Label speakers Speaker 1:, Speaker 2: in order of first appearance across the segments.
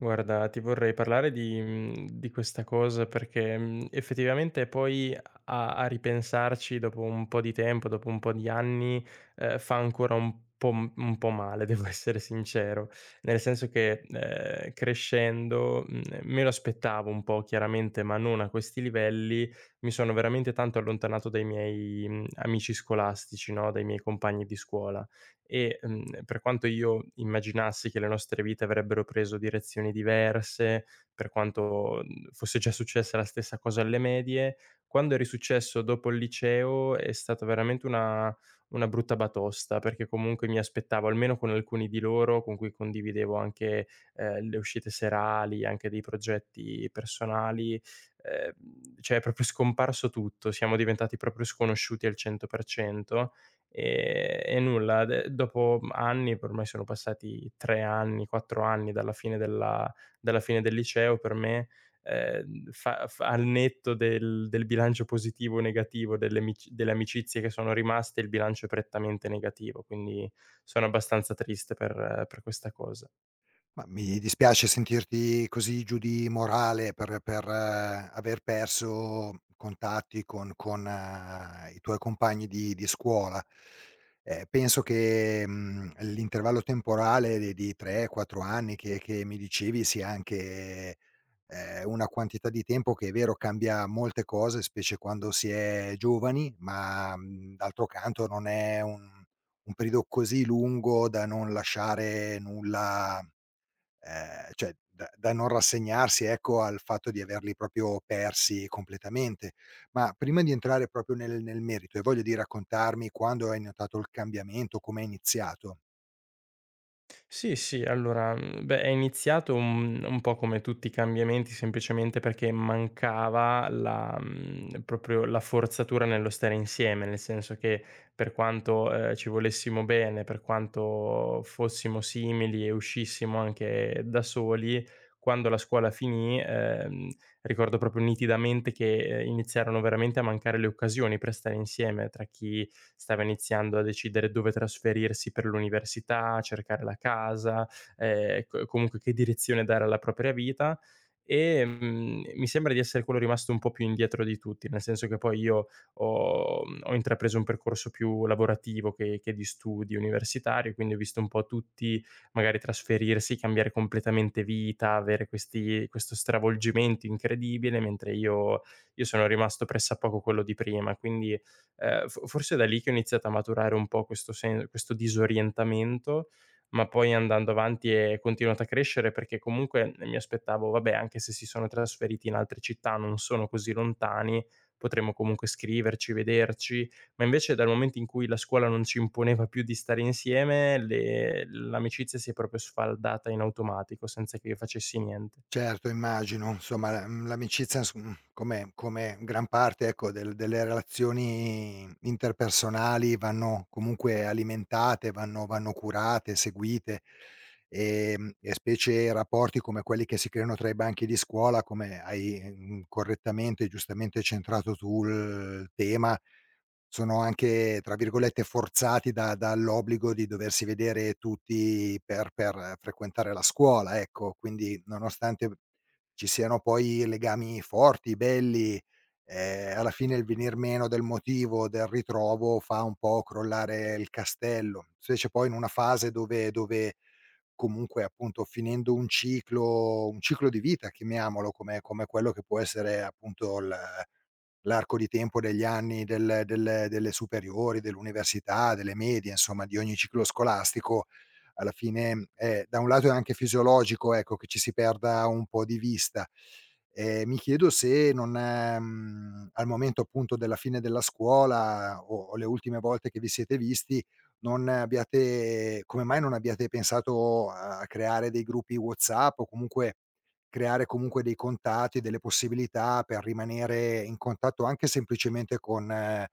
Speaker 1: Guarda, ti vorrei parlare di di questa cosa perché, effettivamente poi a ripensarci dopo un po' di tempo, dopo un po' di anni, fa ancora un po' m un po' male, devo essere sincero. Nel senso che, crescendo, me lo aspettavo un po' chiaramente, ma non a questi livelli. Mi sono veramente tanto allontanato dai miei, amici scolastici, no, dai miei compagni di scuola e, per quanto io immaginassi che le nostre vite avrebbero preso direzioni diverse, per quanto, fosse già successa la stessa cosa alle medie, quando è risuccesso dopo il liceo è stata veramente una brutta batosta, perché comunque mi aspettavo, almeno con alcuni di loro, con cui condividevo anche, le uscite serali, anche dei progetti personali, ehm, cioè è proprio scomparso tutto, siamo diventati proprio sconosciuti al 100%. E nulla, de dopo anni, ormai sono passati 3 anni, 4 anni dalla fine della dalla fine del liceo per me, fa al netto del bilancio positivo o negativo delle amicizie che sono rimaste, il bilancio è prettamente negativo, quindi sono abbastanza triste per questa cosa.
Speaker 2: Ma mi dispiace sentirti così giù di morale per aver perso contatti con i tuoi compagni di scuola. Penso che, l'intervallo temporale di 3, 4 anni che mi dicevi sia anche, una quantità di tempo che è vero cambia molte cose, specie quando si è giovani, ma, d'altro canto non è un periodo così lungo da non lasciare nulla cioè da non rassegnarsi, ecco, al fatto di averli proprio persi completamente. Ma prima di entrare proprio nel merito, hai voglia di raccontarmi quando hai notato il cambiamento, come è iniziato?
Speaker 1: Sì, sì, allora, beh, è iniziato un po' come tutti i cambiamenti, semplicemente perché mancava proprio la forzatura nello stare insieme, nel senso che per quanto, ci volessimo bene, per quanto fossimo simili e uscissimo anche da soli, quando la scuola finì, ricordo proprio nitidamente che, iniziarono veramente a mancare le occasioni per stare insieme tra chi stava iniziando a decidere dove trasferirsi per l'università, cercare la casa, co comunque che direzione dare alla propria vita. Mi sembra di essere quello rimasto un po' più indietro di tutti, nel senso che poi io ho intrapreso un percorso più lavorativo che di studi universitario, quindi ho visto un po' tutti magari trasferirsi, cambiare completamente vita, avere questi questo stravolgimento incredibile, mentre io sono rimasto pressappoco quello di prima. Quindi fo forse da lì che ho iniziato a maturare un po' questo sen questo disorientamento, ma poi andando avanti è continuato a crescere perché comunque mi aspettavo: "Vabbè, anche se si sono trasferiti in altre città, non sono così lontani, potremmo comunque scriverci, vederci". Ma invece dal momento in cui la scuola non ci imponeva più di stare insieme, le l'amicizia si è proprio sfaldata in automatico, senza che io facessi niente.
Speaker 2: Certo, immagino. Insomma, la l'amicizia come gran parte, ecco, del delle relazioni interpersonali vanno comunque alimentate, vanno curate, seguite, e specie rapporti come quelli che si creano tra i banchi di scuola, come hai, correttamente e giustamente centrato tu il tema, sono anche, tra virgolette, "forzati" da dall'obbligo di doversi vedere tutti per frequentare la scuola, ecco. Quindi nonostante ci siano poi legami forti, belli, alla fine il venir meno del motivo del ritrovo fa un po' crollare il castello, specie poi in una fase dove comunque appunto finendo un ciclo di vita, chiamiamolo, come quello che può essere appunto l l'arco di tempo degli anni del delle superiori, dell'università, delle medie, insomma di ogni ciclo scolastico, alla fine, da un lato è anche fisiologico, ecco, che ci si perda un po' di vista. Mi chiedo se non al momento appunto della fine della scuola o le ultime volte che vi siete visti, non abbiate come mai non abbiate pensato a creare dei gruppi WhatsApp o comunque creare comunque dei contatti, delle possibilità per rimanere in contatto anche semplicemente con,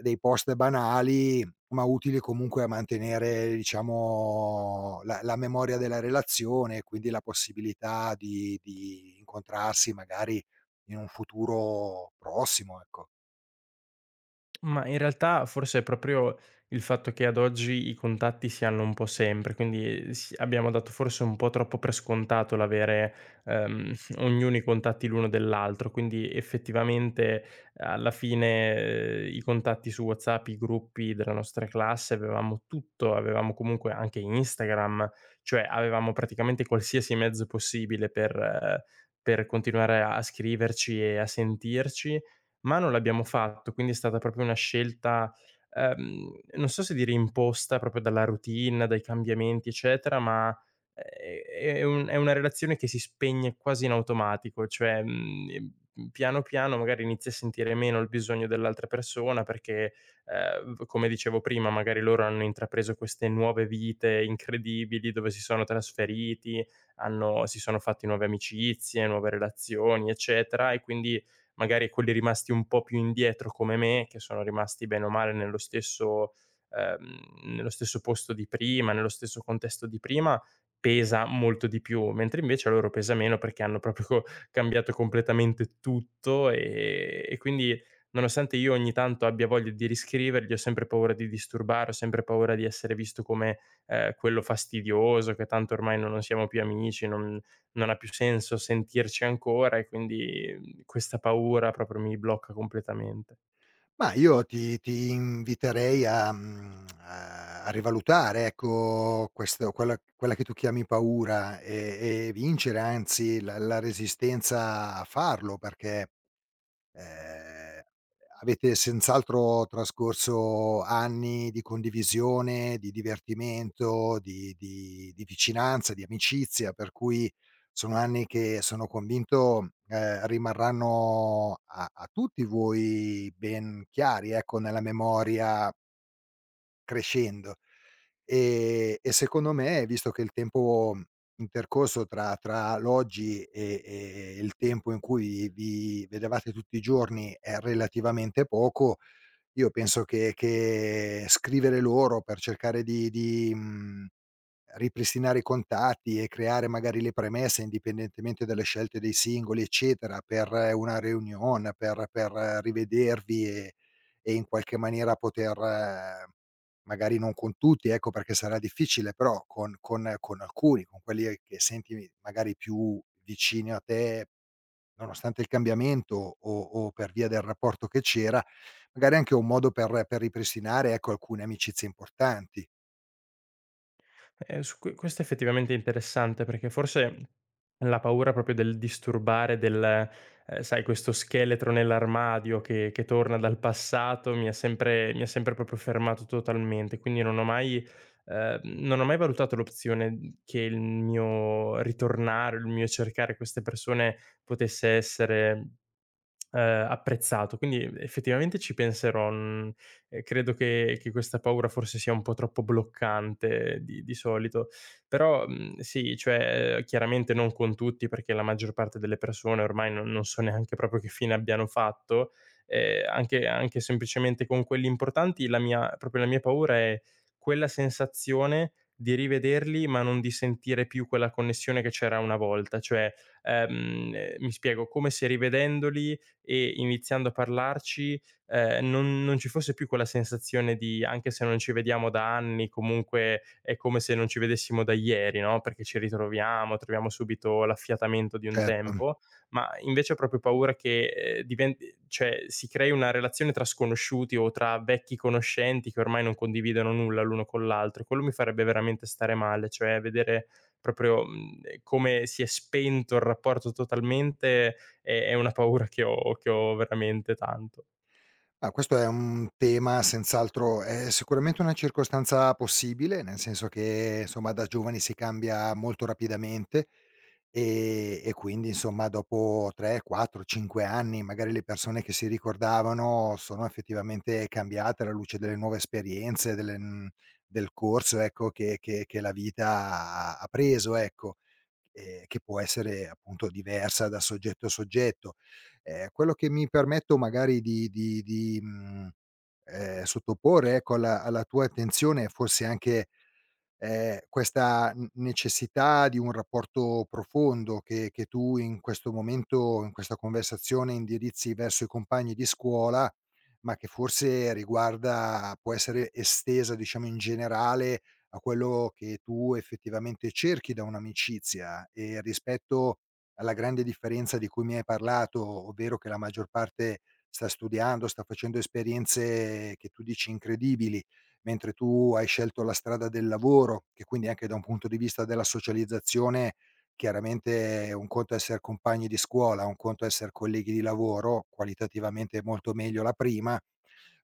Speaker 2: dei post banali, ma utili comunque a mantenere diciamo la la memoria della relazione e quindi la possibilità di incontrarsi magari in un futuro prossimo, ecco.
Speaker 1: Ma in realtà forse è proprio il fatto che ad oggi i contatti si hanno un po' sempre, quindi s abbiamo dato forse un po' troppo per scontato l'avere, ehm, ognuno i contatti l'uno dell'altro, quindi effettivamente alla fine, i contatti su WhatsApp, i gruppi della nostra classe, avevamo tutto, avevamo comunque anche Instagram, cioè avevamo praticamente qualsiasi mezzo possibile per continuare a scriverci e a sentirci, ma non l'abbiamo fatto, quindi è stata proprio una scelta, non so se dire imposta proprio dalla routine, dai cambiamenti, eccetera, ma è una relazione che si spegne quasi in automatico, cioè, piano piano magari inizi a sentire meno il bisogno dell'altra persona perché, v come dicevo prima, magari loro hanno intrapreso queste nuove vite incredibili dove si sono trasferiti, hanno si sono fatti nuove amicizie, nuove relazioni, eccetera, e quindi magari quelli rimasti un po' più indietro come me, che sono rimasti bene o male nello stesso posto di prima, nello stesso contesto di prima, pesa molto di più, mentre invece a loro pesa meno perché hanno proprio co cambiato completamente tutto, e quindi nonostante io ogni tanto abbia voglia di riscrivergli, ho sempre paura di disturbare, ho sempre paura di essere visto come, quello fastidioso, che tanto ormai non siamo più amici, non non ha più senso sentirci ancora e quindi, questa paura proprio mi blocca completamente.
Speaker 2: Ma io ti inviterei a a rivalutare, ecco, questo quella quella che tu chiami paura e vincere anzi la la resistenza a farlo, perché Ehm, avete senz'altro trascorso anni di condivisione, di divertimento, di vicinanza, di amicizia, per cui sono anni che sono convinto, rimarranno a tutti voi ben chiari, ecco, nella memoria crescendo. E secondo me, visto che il tempo intercorso tra l'oggi e il tempo in cui vi vedevate tutti i giorni è relativamente poco. Io penso che scrivere loro per cercare di ripristinare i contatti e creare magari le premesse, indipendentemente dalle scelte dei singoli, eccetera, per una reunion, per rivedervi e in qualche maniera poter magari non con tutti, ecco, perché sarà difficile, però con alcuni, con quelli che senti magari più vicini a te. Nonostante il cambiamento o per via del rapporto che c'era, magari anche un modo per ripristinare, ecco, alcune amicizie importanti.
Speaker 1: Su questo effettivamente è effettivamente interessante perché forse la paura proprio del disturbare, del sai questo scheletro nell'armadio che torna dal passato mi ha sempre proprio fermato totalmente, quindi non ho mai non ho mai valutato l'opzione che il mio ritornare, il mio cercare queste persone potesse essere apprezzato, quindi effettivamente ci penserò, e credo che questa paura forse sia un po' troppo bloccante di solito, però, sì, cioè, chiaramente non con tutti perché la maggior parte delle persone ormai non so neanche proprio che fine abbiano fatto, anche semplicemente con quelli importanti la mia paura è quella sensazione di rivederli, ma non di sentire più quella connessione che c'era una volta, cioè, mi spiego, come se rivedendoli e iniziando a parlarci, non ci fosse più quella sensazione di: "Anche se non ci vediamo da anni, comunque è come se non ci vedessimo da ieri", no, perché ci ritroviamo, troviamo subito l'affiatamento di un
Speaker 2: Certo.
Speaker 1: tempo, ma invece ho proprio paura che, diven cioè si crei una relazione tra sconosciuti o tra vecchi conoscenti che ormai non condividono nulla l'uno con l'altro e quello mi farebbe veramente stare male, cioè vedere proprio, come si è spento il rapporto totalmente, è una paura che ho veramente tanto.
Speaker 2: Ah, questo è un tema senz'altro, è sicuramente una circostanza possibile, nel senso che, insomma, da giovani si cambia molto rapidamente, e quindi, insomma, dopo 3, 4, 5 anni, magari le persone che si ricordavano sono effettivamente cambiate alla luce delle nuove esperienze, delle del corso, ecco, che la vita ha preso, ecco, che può essere appunto diversa da soggetto a soggetto. Quello che mi permetto magari di sottoporre ecco alla alla tua attenzione, è forse anche questa n necessità di un rapporto profondo che tu in questo momento, in questa conversazione indirizzi verso i compagni di scuola, ma che forse riguarda può essere estesa, diciamo, in generale a quello che tu effettivamente cerchi da un'amicizia. E rispetto alla grande differenza di cui mi hai parlato, ovvero che la maggior parte sta studiando, sta facendo esperienze che tu dici incredibili, mentre tu hai scelto la strada del lavoro, che quindi anche da un punto di vista della socializzazione, chiaramente un conto è esser compagni di scuola, un conto è esser colleghi di lavoro, qualitativamente è molto meglio la prima.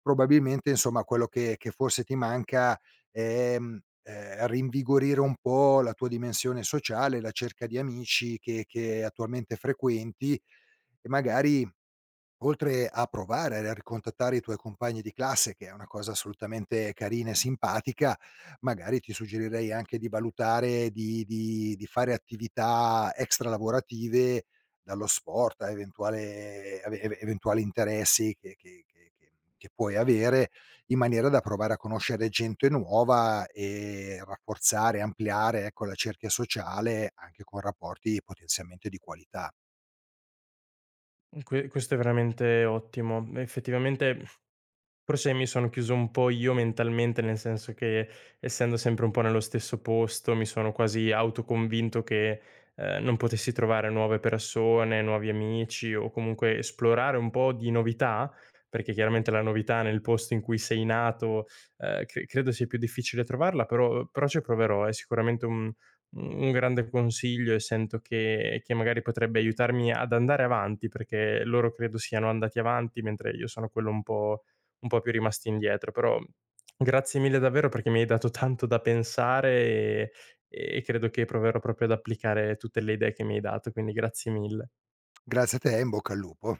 Speaker 2: Probabilmente insomma quello che forse ti manca è, rinvigorire un po' la tua dimensione sociale, la cerca di amici che attualmente frequenti e magari oltre a provare a ricontattare i tuoi compagni di classe, che è una cosa assolutamente carina e simpatica, magari ti suggerirei anche di valutare di fare attività extra lavorative, dallo sport a eventuale ave eve eventuali interessi che che puoi avere, in maniera da provare a conoscere gente nuova e rafforzare, ampliare, ecco, la cerchia sociale anche con rapporti potenzialmente di qualità.
Speaker 1: Questo è veramente ottimo. Effettivamente forse mi sono chiuso un po' io mentalmente, nel senso che essendo sempre un po' nello stesso posto, mi sono quasi autoconvinto che, non potessi trovare nuove persone, nuovi amici o comunque esplorare un po' di novità, perché chiaramente la novità nel posto in cui sei nato, credo sia più difficile trovarla, però ci proverò. È sicuramente un grande consiglio e sento che magari potrebbe aiutarmi ad andare avanti, perché loro credo siano andati avanti mentre io sono quello un po' più rimasti indietro, però grazie mille davvero perché mi hai dato tanto da pensare e credo che proverò proprio ad applicare tutte le idee che mi hai dato, quindi grazie mille.
Speaker 2: Grazie a te e in bocca al lupo.